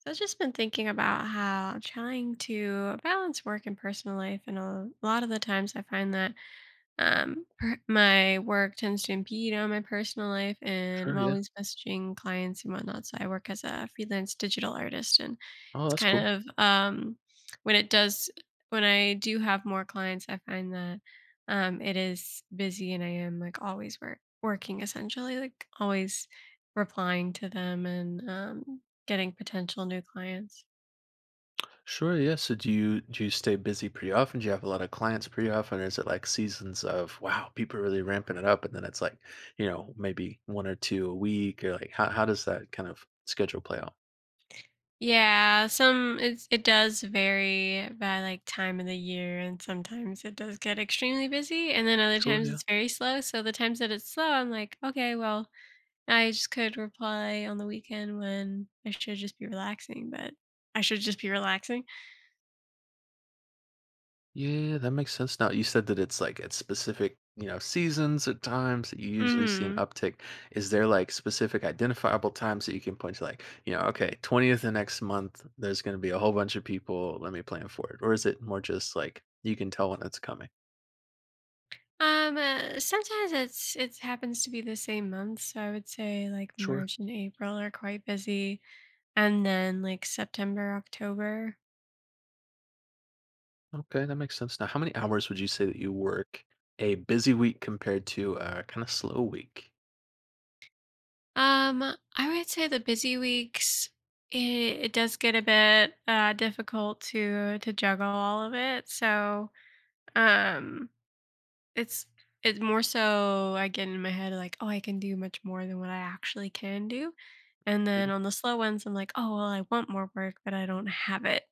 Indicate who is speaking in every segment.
Speaker 1: So I've just been thinking about how I'm trying to balance work and personal life, and a lot of the times I find that my work tends to impede on my personal life, and I'm
Speaker 2: Sure, yeah.
Speaker 1: always messaging clients and whatnot. So I work as a freelance digital artist, and
Speaker 2: Oh,
Speaker 1: it's
Speaker 2: that's cool.
Speaker 1: kind of when it does when I do have more clients, I find that it is busy, and I am like always working essentially, like always replying to them and getting potential new clients.
Speaker 2: Sure, yeah. So do you stay busy pretty often? Do you have a lot of clients pretty often? Or is it like seasons of wow, people are really ramping it up and then it's like, you know, maybe one or two a week, or like how does that kind of schedule play out?
Speaker 1: Yeah, some it's it does vary by like time of the year, and sometimes it does get extremely busy and then other
Speaker 2: Sure,
Speaker 1: times
Speaker 2: yeah.
Speaker 1: it's very slow. So the times that it's slow, I'm like, okay, well, I just could reply on the weekend when I should just be relaxing, but I should just be relaxing.
Speaker 2: Yeah, that makes sense now. You said that it's, like, at specific, you know, seasons at times that you usually see an
Speaker 1: Mhm.
Speaker 2: uptick. Is there, like, specific identifiable times that you can point to, like, you know, "Okay, 20th of next month, there's gonna be a whole bunch of people, let me plan for it," or is it more just, like, you can tell when it's coming?
Speaker 1: Sometimes it happens to be the same month, so I would say like
Speaker 2: Sure.
Speaker 1: March and April are quite busy, and then like September, October.
Speaker 2: Okay, that makes sense. Now, how many hours would you say that you work a busy week compared to a kinda slow week?
Speaker 1: Um, I would say the busy weeks it, it does get a bit difficult to juggle all of it. So, um it's it's more so I get in my head like, oh, I can do much more than what I actually can do. And then on the slow ones, I'm like, oh, well, I want more work, but I don't have it.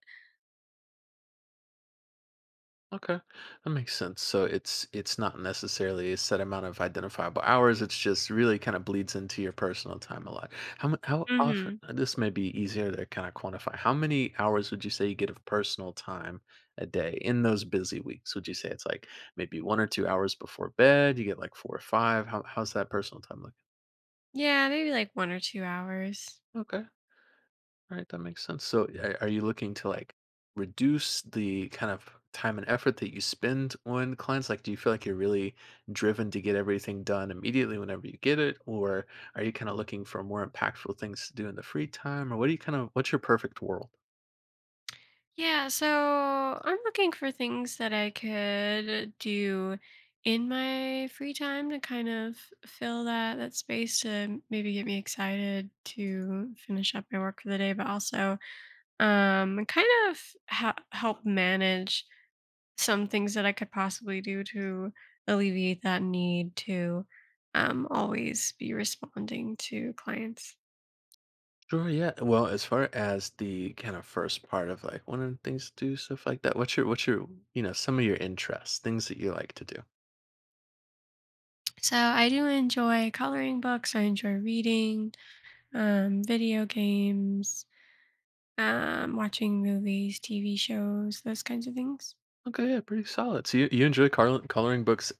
Speaker 2: Okay, that makes sense. So it's not necessarily a set amount of identifiable hours. It's just really kind of bleeds into your personal time a lot. How often?
Speaker 1: Mhm.
Speaker 2: This may be easier to kind of quantify. How many hours would you say you get of personal time a day in those busy weeks? Would you say it's like maybe 1 or 2 hours before bed? You get like four or five. How's that personal time looking?
Speaker 1: Yeah, maybe like 1 or 2 hours.
Speaker 2: Okay. All right, that makes sense. So, are you looking to like reduce the kind of time and effort that you spend on clients? Like, do you feel like you're really driven to get everything done immediately whenever you get it, or are you kind of looking for more impactful things to do in the free time, or what do you kind of what's your perfect world?
Speaker 1: Yeah, so I'm looking for things that I could do in my free time to kind of fill that space to maybe get me excited to finish up my work for the day, but also kind of help manage some things that I could possibly do to alleviate that need to always be responding to clients.
Speaker 2: Sure. Yeah. Well, as far as the kind of first part of like one of the things to do stuff like that, what's your you know some of your interests, things that you like to do?
Speaker 1: So I do enjoy coloring books, I enjoy reading, video games, watching movies, TV shows, those kinds of things.
Speaker 2: Okay. Yeah. Pretty solid. So you enjoy coloring books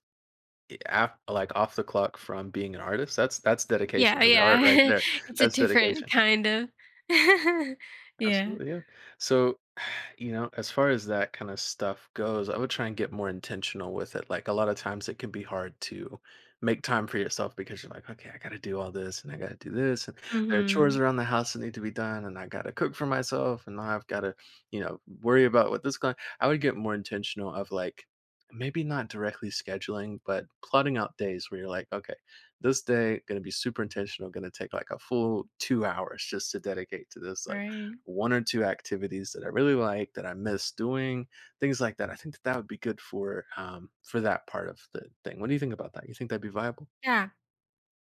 Speaker 2: af like, off the clock from being an artist, that's dedication
Speaker 1: Yeah,
Speaker 2: to the art right
Speaker 1: yeah.
Speaker 2: there.
Speaker 1: It's a
Speaker 2: That's
Speaker 1: different
Speaker 2: dedication.
Speaker 1: kind of. Yeah.
Speaker 2: Absolutely, yeah. So, you know, as far as that kind of stuff goes, I would try and get more intentional with it. Like a lot of times it can be hard to make time for yourself because you're like, okay, I got to do all this and I got to do this. And there are chores
Speaker 1: Hmm.
Speaker 2: around the house that need to be done. And I got to cook for myself. And now I've got to, you know, worry about what this going. I would get more intentional of like, maybe not directly scheduling, but plotting out days where you're like, okay, this day going to be super intentional, going to take like a full 2 hours just to dedicate to this. Like,
Speaker 1: Right.
Speaker 2: one or two activities that I really like that I miss doing, things like that. I think that that would be good for that part of the thing. What do you think about that? You think that'd be viable?
Speaker 1: Yeah.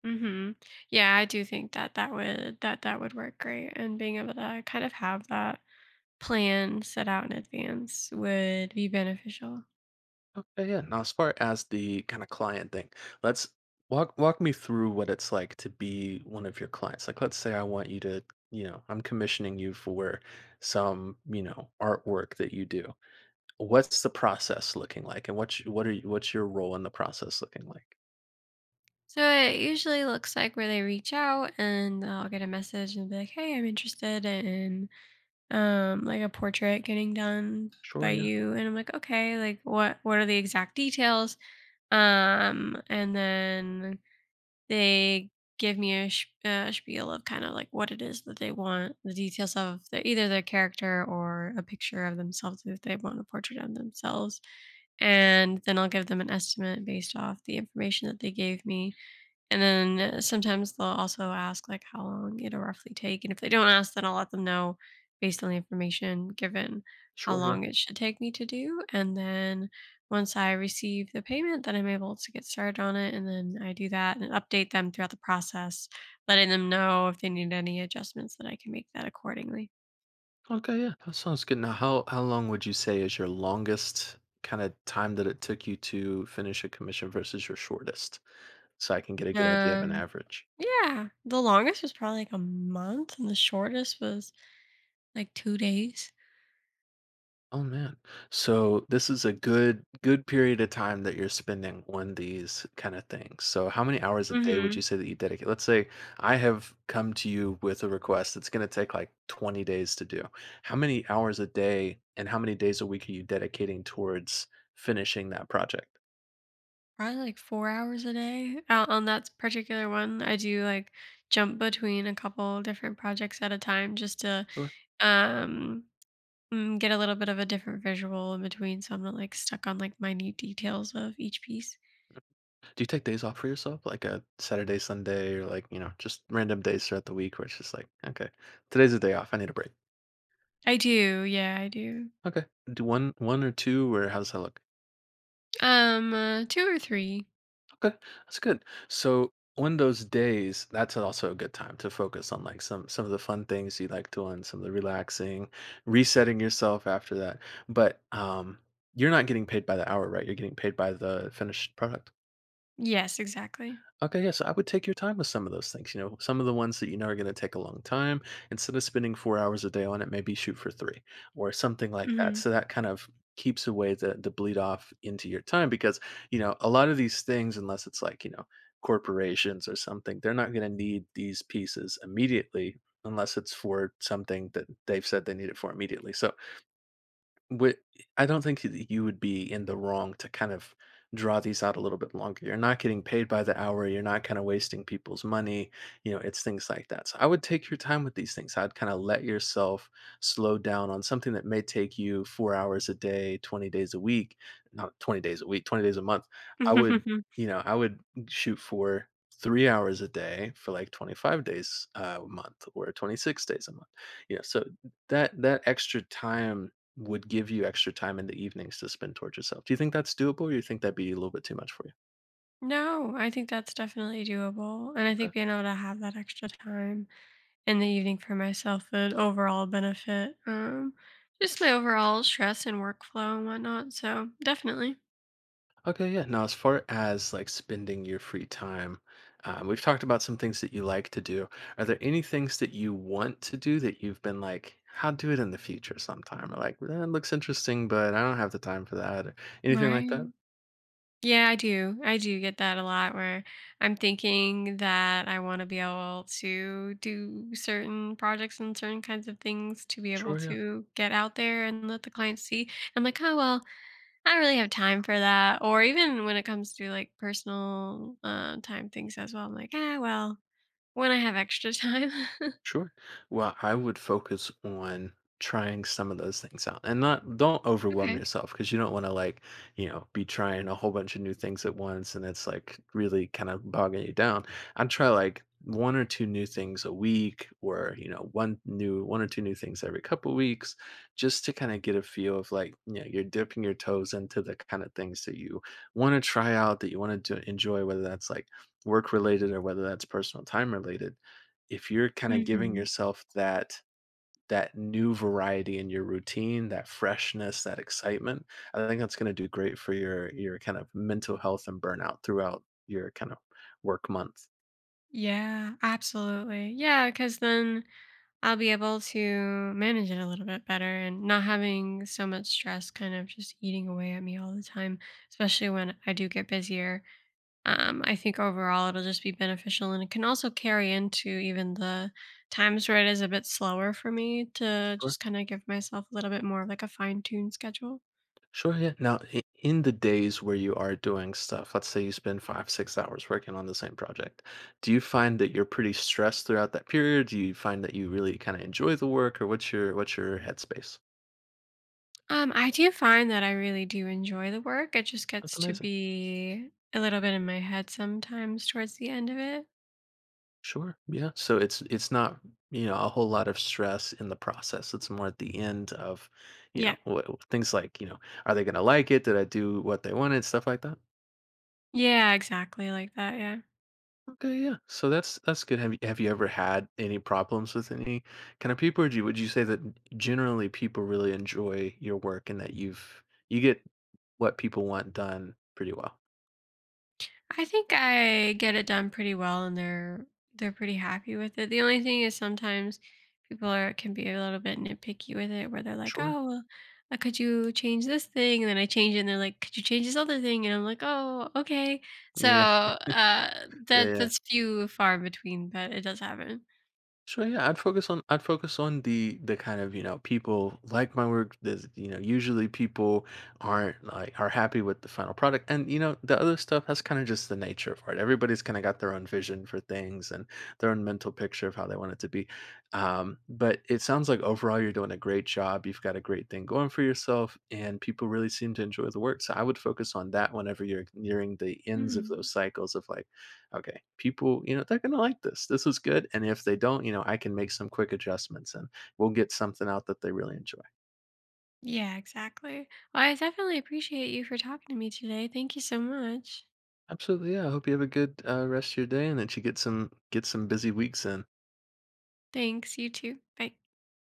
Speaker 1: Hmm. Yeah, I do think that that would that would work great, and being able to kind of have that plan set out in advance would be beneficial.
Speaker 2: Okay, yeah. Now, as far as the kind of client thing, let's walk me through what it's like to be one of your clients. Like, let's say I want you to, you know, I'm commissioning you for some, you know, artwork that you do. What's the process looking like, and what's your role in the process looking like?
Speaker 1: So it usually looks like where they reach out and I'll get a message and be like, "Hey, I'm interested in like a portrait getting done
Speaker 2: Sure,
Speaker 1: by
Speaker 2: yeah,
Speaker 1: you." And I'm like, okay, like what are the exact details? And then They give me a, sh- a spiel of kind of like what it is that they want, the details of the, either their character or a picture of themselves if they want a portrait of themselves. And then I'll give them an estimate based off the information that they gave me. And then sometimes they'll also ask like how long it'll roughly take. And if they don't ask, then I'll let them know, based on the information given, how
Speaker 2: sure, yeah.
Speaker 1: long it should take me to do. And then once I receive the payment, then I'm able to get started on it. And then I do that and update them throughout the process, letting them know if they need any adjustments that I can make that accordingly.
Speaker 2: Okay, yeah, that sounds good. Now, how long would you say is your longest kind of time that it took you to finish a commission versus your shortest, so I can get a good idea of an
Speaker 1: Um,
Speaker 2: average?
Speaker 1: yeah, the longest was probably like a month, and the shortest was like 2 days.
Speaker 2: Oh man, so this is a good period of time that you're spending on these kind of things. So, how many hours a day would you
Speaker 1: Hmm.
Speaker 2: say that you dedicate? Let's say I have come to you with a request that's going to take like 20 days to do. How many hours a day and how many days a week are you dedicating towards finishing that project?
Speaker 1: Probably like 4 hours a day. On that particular one, I do, like, jump between a couple different projects at a time just to, um, get a little bit of a different visual in between, so I'm not, like, stuck on, like, minute details of each piece.
Speaker 2: Do you take days off for yourself, like a Saturday, Sunday, or like you know, just random days throughout the week where it's just like, okay, today's a day off. I need a break.
Speaker 1: I do, yeah, I do.
Speaker 2: Okay, do one or two, or how does that look?
Speaker 1: 2 or 3.
Speaker 2: Okay, that's good. So on those days, that's also a good time to focus on like some of the fun things you like doing, some of the relaxing, resetting yourself after that. But you're not getting paid by the hour, right? You're getting paid by the finished product.
Speaker 1: Yes, exactly.
Speaker 2: Okay, yeah, so I would take your time with some of those things. You know, some of the ones that you know are going to take a long time, instead of spending 4 hours a day on it, maybe shoot for three or something like that.
Speaker 1: Mhm.
Speaker 2: So that kind of keeps away the bleed off into your time because, you know, a lot of these things, unless it's like, you know, corporations or something, they're not going to need these pieces immediately unless it's for something that they've said they need it for immediately. So Wh I don't think that you would be in the wrong to kind of draw these out a little bit longer. You're not getting paid by the hour, you're not kinda wasting people's money, you know, it's things like that. So I would take your time with these things. I'd kinda let yourself slow down on something that may take you 4 hours a day, 20 days a week, not 20 days a week, 20 days a month. I would, you know, I would shoot for 3 hours a day for, like, 25 days a month or 26 days a month. You know, so that extra time would give you extra time in the evenings to spend towards yourself. Do you think that's doable or you think that'd be a little bit too much for you?
Speaker 1: No, I think that's definitely doable, and I
Speaker 2: Okay.
Speaker 1: think being able to have that extra time in the evening for myself would overall benefit, just my overall stress and workflow and whatnot. So definitely.
Speaker 2: Okay, yeah. Now, as far as like spending your free time, we've talked about some things that you like to do. Are there any things that you want to do that you've been like, I'll do it in the future sometime? Or like, that looks interesting, but I don't have the time for that. Or anything like that?
Speaker 1: Right. Yeah, I do. I do get that a lot where I'm thinking that I want to be able to do certain projects and certain kinds of things to be able
Speaker 2: Sure, yeah.
Speaker 1: to get out there and let the clients see. I'm like, oh, well, I don't really have time for that. Or even when it comes to like personal time things as well, I'm like, ah, well, when I have extra time.
Speaker 2: Sure. Well, I would focus on trying some of those things out and not don't overwhelm
Speaker 1: Okay.
Speaker 2: yourself because you don't want to like, you know, be trying a whole bunch of new things at once and it's like really kind of bogging you down. I'd try like one or two new things a week, or, you know, one or two new things every couple weeks just to kind of get a feel of like, you know, you're dipping your toes into the kind of things that you want to try out, that you want to enjoy, whether that's like work related or whether that's personal time related. If you're kinda giving
Speaker 1: Mhm.
Speaker 2: yourself that new variety in your routine, that freshness, that excitement, I think that's gonna do great for your kind of mental health and burnout throughout your kind of work month.
Speaker 1: Yeah, absolutely. Yeah, because then I'll be able to manage it a little bit better and not having so much stress kind of just eating away at me all the time, especially when I do get busier. I think overall it'll just be beneficial, and it can also carry into even the times where it is a bit slower for me to
Speaker 2: Sure.
Speaker 1: just kind of give myself a little bit more of like a fine tuned schedule.
Speaker 2: Sure, yeah. Now, I in the days where you are doing stuff, let's say you spend 5, 6 hours working on the same project, do you find that you're pretty stressed throughout that period? Do you find that you really kinda enjoy the work, or what's your headspace?
Speaker 1: I do find that I really do enjoy the work. It just
Speaker 2: That's
Speaker 1: gets to
Speaker 2: amazing.
Speaker 1: be a little bit in my head sometimes towards the end of it.
Speaker 2: Sure. Yeah. So it's not, you know, a whole lot of stress in the process. It's more at the end of, you know,
Speaker 1: Yeah.
Speaker 2: what, things like, you know, are they going to like it? Did I do what they wanted? Stuff like that.
Speaker 1: Yeah, exactly like that. Yeah.
Speaker 2: Okay, yeah. So that's good. Have you ever had any problems with any kind of people? Or would you say that generally people really enjoy your work and that you get what people want done pretty well?
Speaker 1: I think I get it done pretty well, and they're pretty happy with it. The only thing is sometimes people are can be a little bit nitpicky with it, where they're like,
Speaker 2: Sure.
Speaker 1: "Oh, well, could you change this thing?" And then I change it and they're like, "Could you change this other thing?" And I'm like, "Oh, okay." So,
Speaker 2: Yeah. Yeah.
Speaker 1: that's few far in between, but it does happen.
Speaker 2: Sure, yeah, I'd focus on the kind of, you know, people like my work. There's, you know, usually people aren't like are happy with the final product. And you know, the other stuff that's kind of just the nature of art. Everybody's kind of got their own vision for things and their own mental picture of how they want it to be. But it sounds like overall you're doing a great job. You've got a great thing going for yourself and people really seem to enjoy the work. So I would focus on that whenever you're nearing the ends of
Speaker 1: Hmm.
Speaker 2: those cycles of like, okay, people, you know, they're going to like this. This is good. And if they don't, you know, I can make some quick adjustments and we'll get something out that they really enjoy.
Speaker 1: Yeah, exactly. Well, I definitely appreciate you for talking to me today. Thank you so much.
Speaker 2: Absolutely. Yeah. I hope you have a good rest of your day and that you get some busy weeks in.
Speaker 1: Thanks. You too. Bye.